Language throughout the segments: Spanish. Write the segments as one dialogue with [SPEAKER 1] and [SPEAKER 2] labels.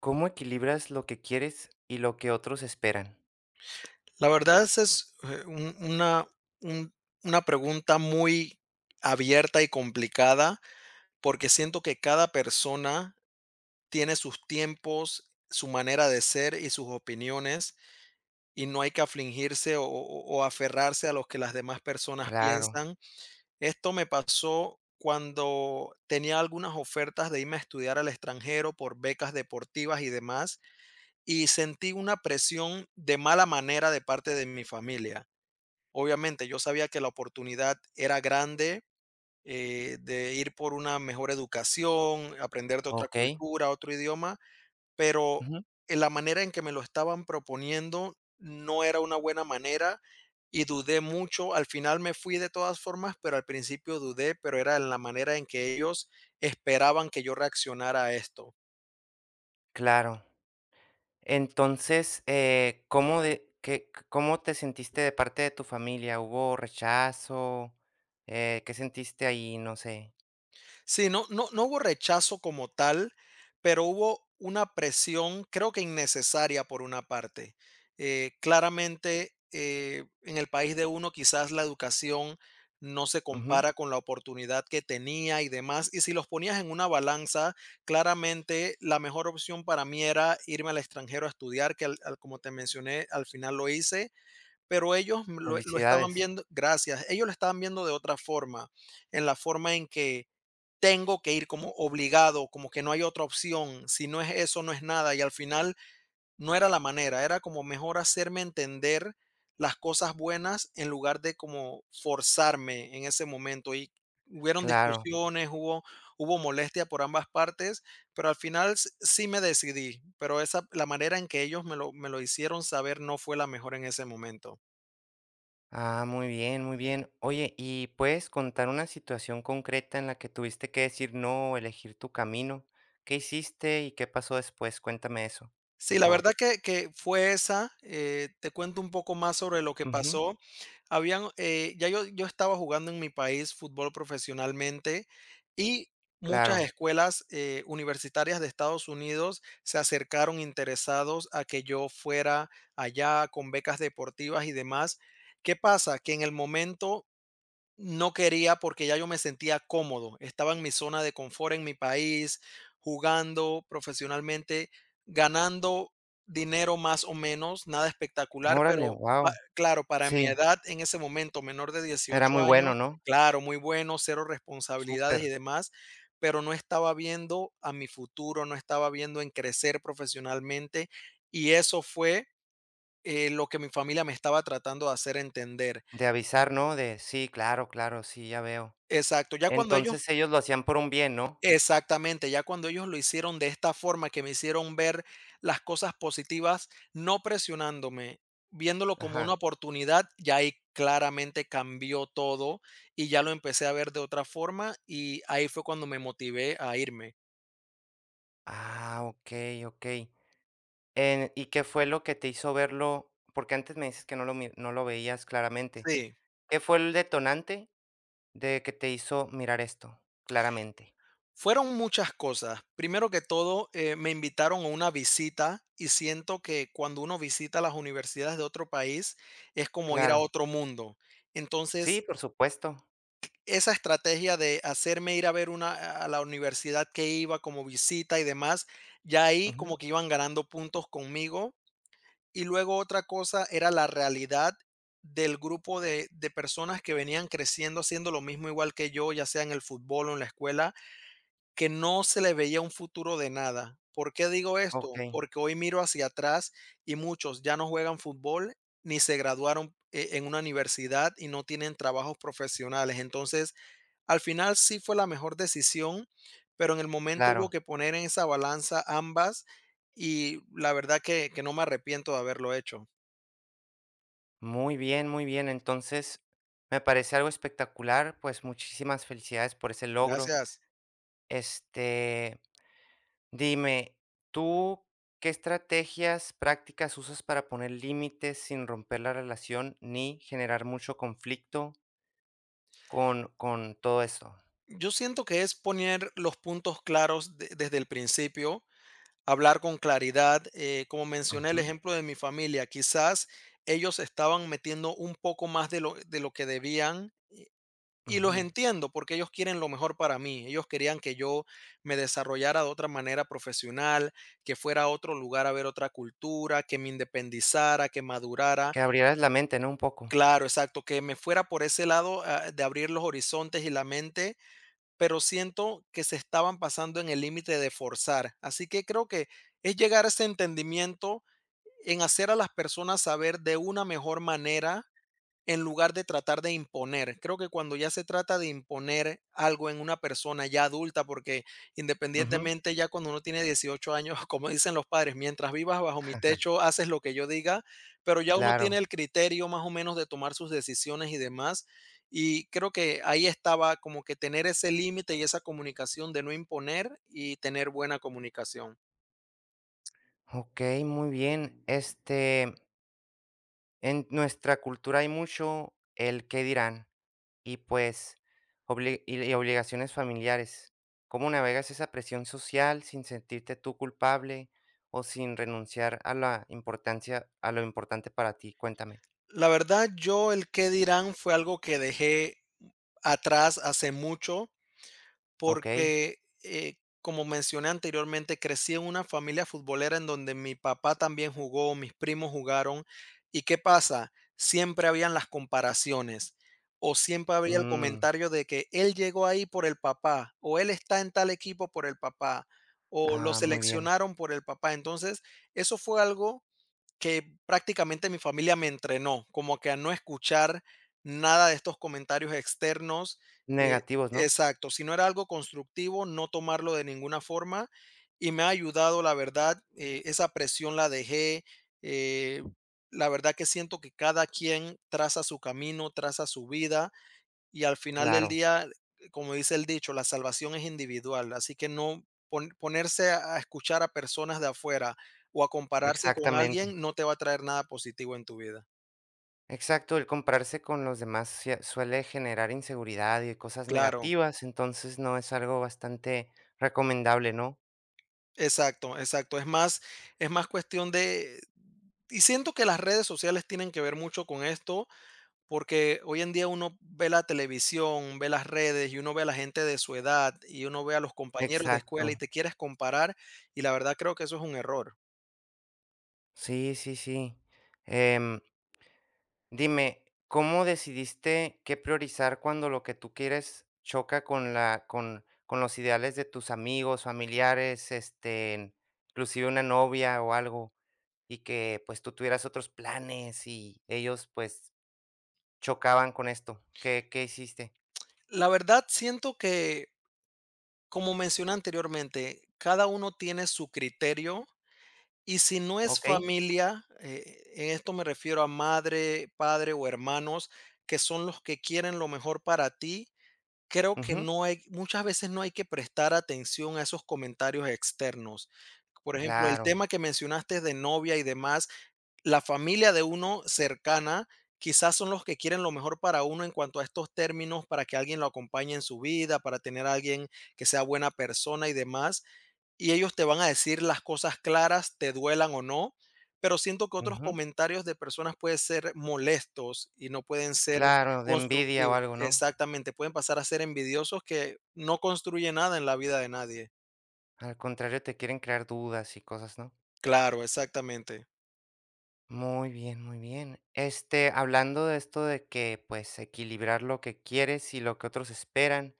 [SPEAKER 1] ¿Cómo equilibras lo que quieres y lo que otros esperan?
[SPEAKER 2] La verdad es un una pregunta muy abierta y complicada, porque siento que cada persona tiene sus tiempos, su manera de ser y sus opiniones, y no hay que afligirse o aferrarse a lo que las demás personas
[SPEAKER 1] Claro,
[SPEAKER 2] piensan. Esto me pasó cuando tenía algunas ofertas de irme a estudiar al extranjero por becas deportivas y demás, y sentí una presión de mala manera de parte de mi familia. Obviamente, yo sabía que la oportunidad era grande, de ir por una mejor educación, aprender de otra
[SPEAKER 1] okey,
[SPEAKER 2] cultura, otro idioma, pero
[SPEAKER 1] ujú,
[SPEAKER 2] en la manera en que me lo estaban proponiendo no era una buena manera y dudé mucho. Al final me fui de todas formas, pero al principio dudé, pero era en la manera en que ellos esperaban que yo reaccionara a esto.
[SPEAKER 1] claro. Entonces, ¿cómo de qué cómo te sentiste de parte de tu familia? ¿Hubo rechazo? ¿Qué sentiste ahí? No sé.
[SPEAKER 2] Sí, no hubo rechazo como tal, pero hubo una presión, creo que innecesaria por una parte. Claramente, en el país de uno quizás la educación no se
[SPEAKER 1] Ujú,
[SPEAKER 2] compara con la oportunidad que tenía y demás, y si los ponías en una balanza, claramente la mejor opción para mí era irme al extranjero a estudiar, que al como te mencioné, al final lo hice, pero ellos lo estaban
[SPEAKER 1] felicidades.
[SPEAKER 2] viendo gracias, ellos lo estaban viendo de otra forma, en la forma en que tengo que ir como obligado, como que no hay otra opción, si no es eso, no es nada. Y al final no era la manera, era como mejor hacerme entender las cosas buenas en lugar de como forzarme en ese momento. Y hubieron
[SPEAKER 1] Claro.
[SPEAKER 2] discusiones, hubo, hubo molestia por ambas partes, pero al final sí me decidí, pero esa, la manera en que ellos me lo hicieron saber no fue la mejor en ese momento.
[SPEAKER 1] Ah, muy bien, muy bien. Oye, ¿y puedes contar una situación concreta en la que tuviste que decir no o elegir tu camino? ¿Qué hiciste y qué pasó después? Cuéntame eso,
[SPEAKER 2] Sí,
[SPEAKER 1] por
[SPEAKER 2] la
[SPEAKER 1] favor.
[SPEAKER 2] verdad que fue esa, te cuento un poco más sobre lo que
[SPEAKER 1] Ujú,
[SPEAKER 2] pasó. Habían, ya yo estaba jugando en mi país fútbol profesionalmente y muchas
[SPEAKER 1] claro.
[SPEAKER 2] escuelas, universitarias de Estados Unidos se acercaron interesados a que yo fuera allá con becas deportivas y demás. ¿Qué pasa? Que en el momento no quería porque ya yo me sentía cómodo, estaba en mi zona de confort en mi país, jugando profesionalmente, ganando dinero más o menos, nada espectacular,
[SPEAKER 1] Órale,
[SPEAKER 2] pero pa
[SPEAKER 1] wow.
[SPEAKER 2] claro, para mi
[SPEAKER 1] Sí,
[SPEAKER 2] edad en ese momento, menor de
[SPEAKER 1] era
[SPEAKER 2] 18
[SPEAKER 1] muy
[SPEAKER 2] años,
[SPEAKER 1] bueno, ¿no?
[SPEAKER 2] claro, muy bueno, cero responsabilidades
[SPEAKER 1] Súper.
[SPEAKER 2] y demás, pero no estaba viendo a mi futuro, no estaba viendo en crecer profesionalmente, y eso fue, lo que mi familia me estaba tratando de hacer entender.
[SPEAKER 1] De avisar, ¿no? De sí, claro, claro, sí, ya veo.
[SPEAKER 2] Exacto, ya cuando ellos
[SPEAKER 1] Entonces ellos lo hacían por un bien, ¿no?
[SPEAKER 2] Exactamente, ya cuando ellos lo hicieron de esta forma, que me hicieron ver las cosas positivas, no presionándome, viéndolo como una
[SPEAKER 1] Ajá.
[SPEAKER 2] oportunidad, ya ahí claramente cambió todo y ya lo empecé a ver de otra forma y ahí fue cuando me motivé a irme.
[SPEAKER 1] Ah, okey, okey. En ¿y qué fue lo que te hizo verlo? Porque antes me dices que no lo veías claramente.
[SPEAKER 2] Sí,
[SPEAKER 1] ¿Qué fue el detonante de que te hizo mirar esto claramente?
[SPEAKER 2] fueron muchas cosas. Primero que todo, me invitaron a una visita y siento que cuando uno visita las universidades de otro país es como ir a
[SPEAKER 1] Claro.
[SPEAKER 2] otro mundo.
[SPEAKER 1] Sí,
[SPEAKER 2] Entonces,
[SPEAKER 1] por supuesto.
[SPEAKER 2] esa estrategia de hacerme ir a ver una a la universidad que iba como visita y demás, ya ahí
[SPEAKER 1] Ujú.
[SPEAKER 2] como que iban ganando puntos conmigo. Y luego otra cosa era la realidad del grupo de personas que venían creciendo haciendo lo mismo igual que yo, ya sea en el fútbol o en la escuela, que no se les veía un futuro de nada. ¿Por qué digo esto?
[SPEAKER 1] Okey,
[SPEAKER 2] Porque hoy miro hacia atrás y muchos ya no juegan fútbol ni se graduaron, en una universidad y no tienen trabajos profesionales. Entonces al final sí fue la mejor decisión, pero en el momento hubo
[SPEAKER 1] claro.
[SPEAKER 2] que poner en esa balanza ambas y la verdad que no me arrepiento de haberlo hecho.
[SPEAKER 1] Muy bien, muy bien. Entonces, me parece algo espectacular, pues muchísimas felicidades por ese logro.
[SPEAKER 2] Gracias.
[SPEAKER 1] Este, dime, ¿tú qué estrategias prácticas usas para poner límites sin romper la relación ni generar mucho conflicto con todo esto?
[SPEAKER 2] Yo siento que es poner los puntos claros desde el principio, hablar con claridad. Como mencioné el
[SPEAKER 1] Ujú,
[SPEAKER 2] ejemplo de mi familia, quizás ellos estaban metiendo un poco más de lo que debían. Y los
[SPEAKER 1] ujú.
[SPEAKER 2] entiendo porque ellos quieren lo mejor para mí. Ellos querían que yo me desarrollara de otra manera profesional, que fuera a otro lugar a ver otra cultura, que me independizara, que madurara.
[SPEAKER 1] ¿Que abrieras la mente, ¿no? Un poco.
[SPEAKER 2] Claro, exacto, que me fuera por ese lado de abrir los horizontes y la mente, pero siento que se estaban pasando en el límite de forzar. Así que creo que es llegar a ese entendimiento en hacer a las personas saber de una mejor manera en lugar de tratar de imponer. Creo que cuando ya se trata de imponer algo en una persona ya adulta, porque
[SPEAKER 1] Ujú,
[SPEAKER 2] independientemente ya cuando uno tiene 18 años, como dicen los padres, mientras vivas bajo mi techo, haces lo que yo diga, pero ya uno tiene
[SPEAKER 1] claro.
[SPEAKER 2] el criterio más o menos de tomar sus decisiones y demás. Y creo que ahí estaba como que tener ese límite y esa comunicación de no imponer y tener buena comunicación.
[SPEAKER 1] Ok, muy bien. Este, en nuestra cultura hay mucho el qué dirán. Y pues y obligaciones familiares. ¿Cómo navegas esa presión social sin sentirte tú culpable o sin renunciar a la importancia, a lo importante para ti? Cuéntame.
[SPEAKER 2] La verdad, yo el qué dirán fue algo que dejé atrás hace mucho.
[SPEAKER 1] Ok.
[SPEAKER 2] Porque, como mencioné anteriormente, crecí en una familia futbolera en donde mi papá también jugó, mis primos jugaron. ¿Y qué pasa? Siempre habían las comparaciones o siempre había el
[SPEAKER 1] Mm,
[SPEAKER 2] comentario de que él llegó ahí por el papá o él está en tal equipo por el papá o lo
[SPEAKER 1] ah, muy bien.
[SPEAKER 2] seleccionaron por el papá. Entonces, eso fue algo que prácticamente mi familia me entrenó, como que a no escuchar nada de estos comentarios externos. eh,
[SPEAKER 1] Negativos, ¿no?
[SPEAKER 2] exacto, si no era algo constructivo, no tomarlo de ninguna forma. Y me ha ayudado, la verdad, esa presión la dejé. eh, la verdad que siento que cada quien traza su camino, traza su vida y al final del
[SPEAKER 1] Claro,
[SPEAKER 2] día, como dice el dicho, la salvación es individual, así que no ponerse a escuchar a personas de afuera o a compararse con
[SPEAKER 1] exactamente.
[SPEAKER 2] alguien no te va a traer nada positivo en tu vida.
[SPEAKER 1] Exacto, el compararse con los demás suele generar inseguridad y cosas
[SPEAKER 2] Claro,
[SPEAKER 1] negativas, entonces no es algo bastante recomendable, ¿no?
[SPEAKER 2] exacto, exacto. Es más cuestión de... Y siento que las redes sociales tienen que ver mucho con esto, porque hoy en día uno ve la televisión, ve las redes y uno ve a la gente de su edad y uno ve a los compañeros de
[SPEAKER 1] Exacto.
[SPEAKER 2] escuela y te quieres comparar y la verdad creo que eso es un error.
[SPEAKER 1] Sí, sí, sí. Em, dime, ¿cómo decidiste qué priorizar cuando lo que tú quieres choca con la, con los ideales de tus amigos, familiares, este, inclusive una novia o algo, y que pues tú tuvieras otros planes y ellos pues chocaban con esto? ¿Qué, qué hiciste?
[SPEAKER 2] La verdad, siento que, como mencioné anteriormente, cada uno tiene su criterio y si no es
[SPEAKER 1] ¿Ok?
[SPEAKER 2] familia, en esto me refiero a madre, padre o hermanos, que son los que quieren lo mejor para ti, creo que
[SPEAKER 1] Ujú,
[SPEAKER 2] no hay, muchas veces no hay que prestar atención a esos comentarios externos. Por ejemplo, el
[SPEAKER 1] claro.
[SPEAKER 2] tema que mencionaste de novia y demás, la familia de uno cercana quizás son los que quieren lo mejor para uno en cuanto a estos términos, para que alguien lo acompañe en su vida, para tener a alguien que sea buena persona y demás. Y ellos te van a decir las cosas claras, te duelan o no. Pero siento que otros
[SPEAKER 1] Ujú,
[SPEAKER 2] comentarios de personas pueden ser molestos y no pueden ser
[SPEAKER 1] claro, de envidia o
[SPEAKER 2] constructivos.
[SPEAKER 1] algo, ¿no?
[SPEAKER 2] Exactamente, pueden pasar a ser envidiosos que no construye nada en la vida de nadie.
[SPEAKER 1] Al contrario, te quieren crear dudas y cosas, ¿no?
[SPEAKER 2] Claro, exactamente.
[SPEAKER 1] Muy bien, muy bien. Este, hablando de esto de que, pues, equilibrar lo que quieres y lo que otros esperan,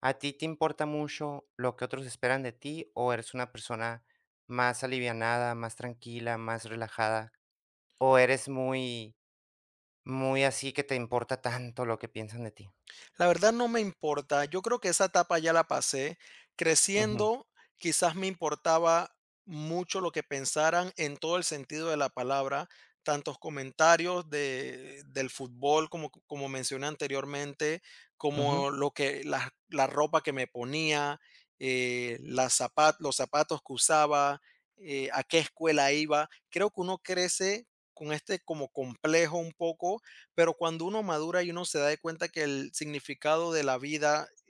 [SPEAKER 1] ¿a ti te importa mucho lo que otros esperan de ti o eres una persona más alivianada, más tranquila, más relajada? ¿O eres muy, muy así que te importa tanto lo que piensan de ti?
[SPEAKER 2] La verdad no me importa. Yo creo que esa etapa ya la pasé.
[SPEAKER 1] Ujú,
[SPEAKER 2] Creciendo, quizás me importaba mucho lo que pensaran en todo el sentido de la palabra, tantos comentarios del fútbol, como, como mencioné anteriormente,
[SPEAKER 1] ujú.
[SPEAKER 2] como lo que la ropa que me ponía, los zapatos que usaba, a qué escuela iba. Creo que uno crece con este como complejo un poco, pero cuando uno madura y uno se da de cuenta que el significado de la vida y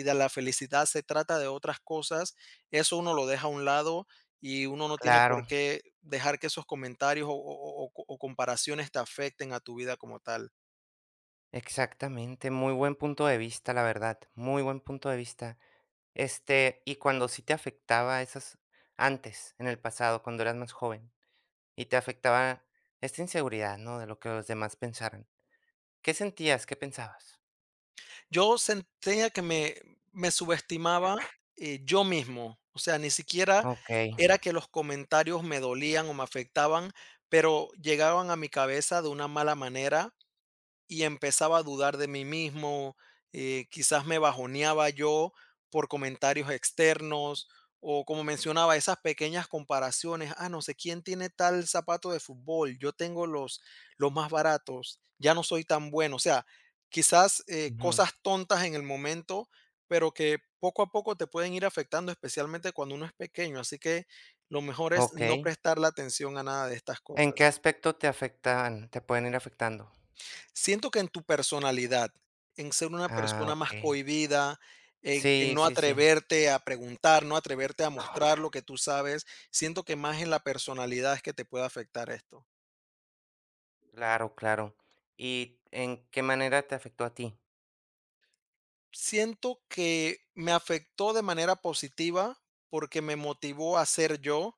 [SPEAKER 2] y de la felicidad se trata de otras cosas, eso uno lo deja a un lado y uno no tiene por
[SPEAKER 1] Claro,
[SPEAKER 2] qué dejar que esos comentarios o comparaciones te afecten a tu vida como tal.
[SPEAKER 1] exactamente. Muy buen punto de vista, la verdad. Muy buen punto de vista. Este, y cuando sí te afectaba esas antes, en el pasado, cuando eras más joven, y te afectaba esta inseguridad, ¿no? De lo que los demás pensaran. ¿Qué sentías? ¿Qué pensabas?
[SPEAKER 2] Yo sentía que me subestimaba yo mismo, o sea, ni siquiera
[SPEAKER 1] Okey,
[SPEAKER 2] era que los comentarios me dolían o me afectaban, pero llegaban a mi cabeza de una mala manera y empezaba a dudar de mí mismo, quizás me bajoneaba yo por comentarios externos o como mencionaba, esas pequeñas comparaciones, ah, no sé quién tiene tal zapato de fútbol, yo tengo los más baratos, ya no soy tan bueno, o sea, quizás
[SPEAKER 1] ujú,
[SPEAKER 2] cosas tontas en el momento, pero que poco a poco te pueden ir afectando, especialmente cuando uno es pequeño, así que lo mejor es no
[SPEAKER 1] okey.
[SPEAKER 2] prestarle atención a nada de estas
[SPEAKER 1] ¿En
[SPEAKER 2] cosas.
[SPEAKER 1] qué aspecto te afectan te pueden ir afectando?
[SPEAKER 2] Siento que en tu personalidad, en ser una
[SPEAKER 1] Ah,
[SPEAKER 2] persona más
[SPEAKER 1] okey.
[SPEAKER 2] cohibida, en
[SPEAKER 1] Sí,
[SPEAKER 2] no
[SPEAKER 1] sí, sí.
[SPEAKER 2] atreverte a preguntar, no atreverte a mostrar lo que tú sabes, siento que más en la personalidad es que te puede afectar esto.
[SPEAKER 1] Claro, claro. ¿Y en qué manera te afectó a ti?
[SPEAKER 2] Siento que me afectó de manera positiva porque me motivó a ser yo,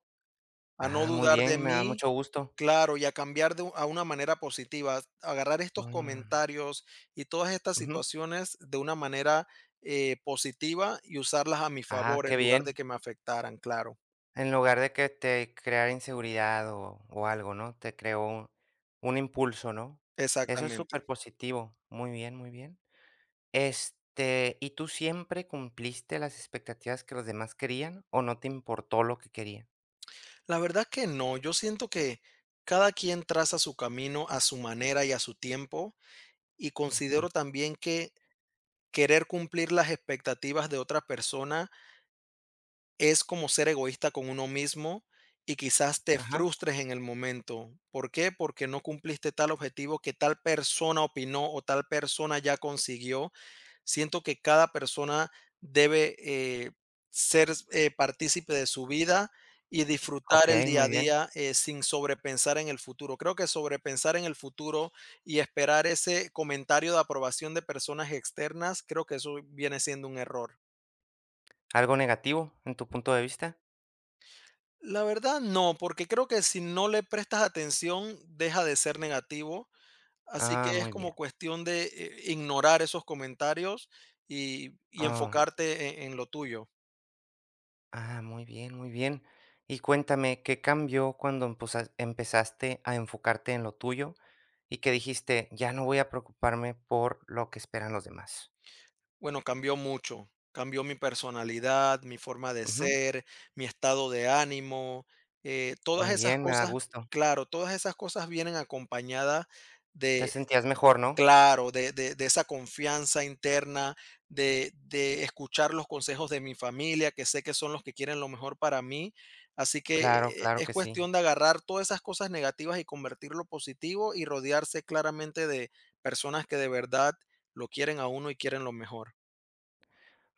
[SPEAKER 2] a no
[SPEAKER 1] Ah, muy
[SPEAKER 2] dudar de
[SPEAKER 1] bien, me da
[SPEAKER 2] mí.
[SPEAKER 1] mucho gusto.
[SPEAKER 2] Claro, y a cambiar a una manera positiva, agarrar estos
[SPEAKER 1] Mm,
[SPEAKER 2] comentarios y todas estas
[SPEAKER 1] ujú.
[SPEAKER 2] situaciones de una manera positiva y usarlas a mi
[SPEAKER 1] Ah,
[SPEAKER 2] favor
[SPEAKER 1] qué
[SPEAKER 2] en lugar de
[SPEAKER 1] bien.
[SPEAKER 2] que me afectaran, claro,
[SPEAKER 1] En lugar de que te creara inseguridad o algo, ¿no? Te creó un impulso, ¿no? Eso es
[SPEAKER 2] exactamente.
[SPEAKER 1] súper positivo. Muy bien, muy bien. Este, ¿y tú siempre cumpliste las expectativas que los demás querían o no te importó lo que querían?
[SPEAKER 2] La verdad que no, yo siento que cada quien traza su camino a su manera y a su tiempo, y
[SPEAKER 1] Ujú.
[SPEAKER 2] considero también que querer cumplir las expectativas de otra persona es como ser egoísta con uno mismo y quizás te
[SPEAKER 1] Ajá,
[SPEAKER 2] frustres en el momento. ¿Por qué? Porque no cumpliste tal objetivo que tal persona opinó o tal persona ya consiguió. Siento que cada persona debe ser partícipe de su vida y disfrutar el
[SPEAKER 1] okey,
[SPEAKER 2] día
[SPEAKER 1] muy
[SPEAKER 2] a
[SPEAKER 1] bien.
[SPEAKER 2] día sin sobrepensar en el futuro. Creo que sobrepensar en el futuro y esperar ese comentario de aprobación de personas externas, creo que eso viene siendo un error.
[SPEAKER 1] ¿Algo negativo en tu punto de vista?
[SPEAKER 2] La verdad, no, porque creo que si no le prestas atención, deja de ser negativo. Así
[SPEAKER 1] Ah,
[SPEAKER 2] que es
[SPEAKER 1] muy bien.
[SPEAKER 2] como cuestión de ignorar esos comentarios y
[SPEAKER 1] Ah.
[SPEAKER 2] enfocarte en lo tuyo.
[SPEAKER 1] Ah, muy bien, muy bien. Y cuéntame, ¿qué cambió cuando empezaste a enfocarte en lo tuyo y que dijiste, ya no voy a preocuparme por lo que esperan los demás?
[SPEAKER 2] Bueno, cambió mucho. Cambió mi personalidad, mi forma de
[SPEAKER 1] Ujú,
[SPEAKER 2] ser, mi estado de ánimo. Todas
[SPEAKER 1] muy
[SPEAKER 2] esas
[SPEAKER 1] bien, me da
[SPEAKER 2] cosas,
[SPEAKER 1] gusto.
[SPEAKER 2] claro, todas esas cosas vienen acompañadas.
[SPEAKER 1] Te sentías mejor, ¿no?
[SPEAKER 2] Claro, de esa confianza interna, de escuchar los consejos de mi familia, que sé que son los que quieren lo mejor para mí. Así que
[SPEAKER 1] Claro, claro
[SPEAKER 2] es
[SPEAKER 1] que sí.
[SPEAKER 2] cuestión de agarrar todas esas cosas negativas y convertirlo positivo y rodearse claramente de personas que de verdad lo quieren a uno y quieren lo mejor.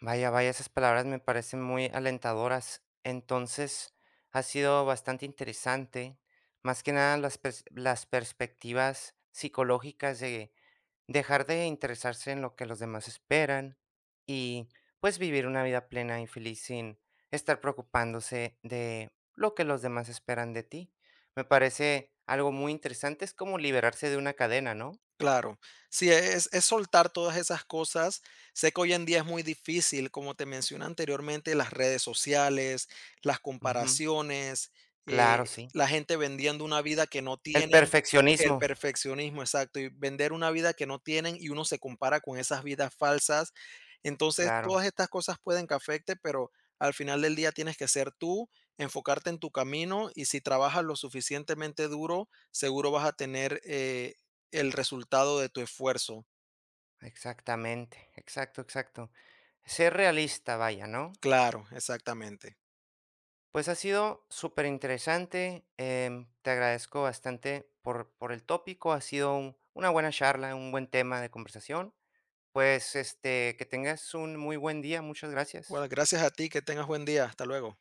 [SPEAKER 1] Vaya, vaya, esas palabras me parecen muy alentadoras. Entonces, ha sido bastante interesante, más que nada las, las perspectivas psicológicas de dejar de interesarse en lo que los demás esperan y pues vivir una vida plena y feliz sin estar preocupándose de lo que los demás esperan de ti. Me parece algo muy interesante, es como liberarse de una cadena, ¿no?
[SPEAKER 2] Claro, sí, es soltar todas esas cosas. Sé que hoy en día es muy difícil, como te mencioné anteriormente, las redes sociales, las
[SPEAKER 1] Ujú,
[SPEAKER 2] comparaciones,
[SPEAKER 1] claro, sí.
[SPEAKER 2] la gente vendiendo una vida que no
[SPEAKER 1] El
[SPEAKER 2] tienen, el
[SPEAKER 1] perfeccionismo,
[SPEAKER 2] perfeccionismo, exacto, y vender una vida que no tienen y uno se compara con esas vidas falsas. Entonces,
[SPEAKER 1] claro.
[SPEAKER 2] todas estas cosas pueden que afecte, pero al final del día tienes que ser tú, enfocarte en tu camino y si trabajas lo suficientemente duro, seguro vas a tener... el resultado de tu esfuerzo.
[SPEAKER 1] Exactamente, exacto, exacto. Ser realista, vaya, ¿no?
[SPEAKER 2] Claro, exactamente.
[SPEAKER 1] Pues ha sido súper interesante. Te agradezco bastante por el tópico. Ha sido una buena charla, un buen tema de conversación. Pues este, que tengas un muy buen día. Muchas
[SPEAKER 2] Bueno,
[SPEAKER 1] gracias.
[SPEAKER 2] gracias a ti, que tengas buen día. Hasta luego.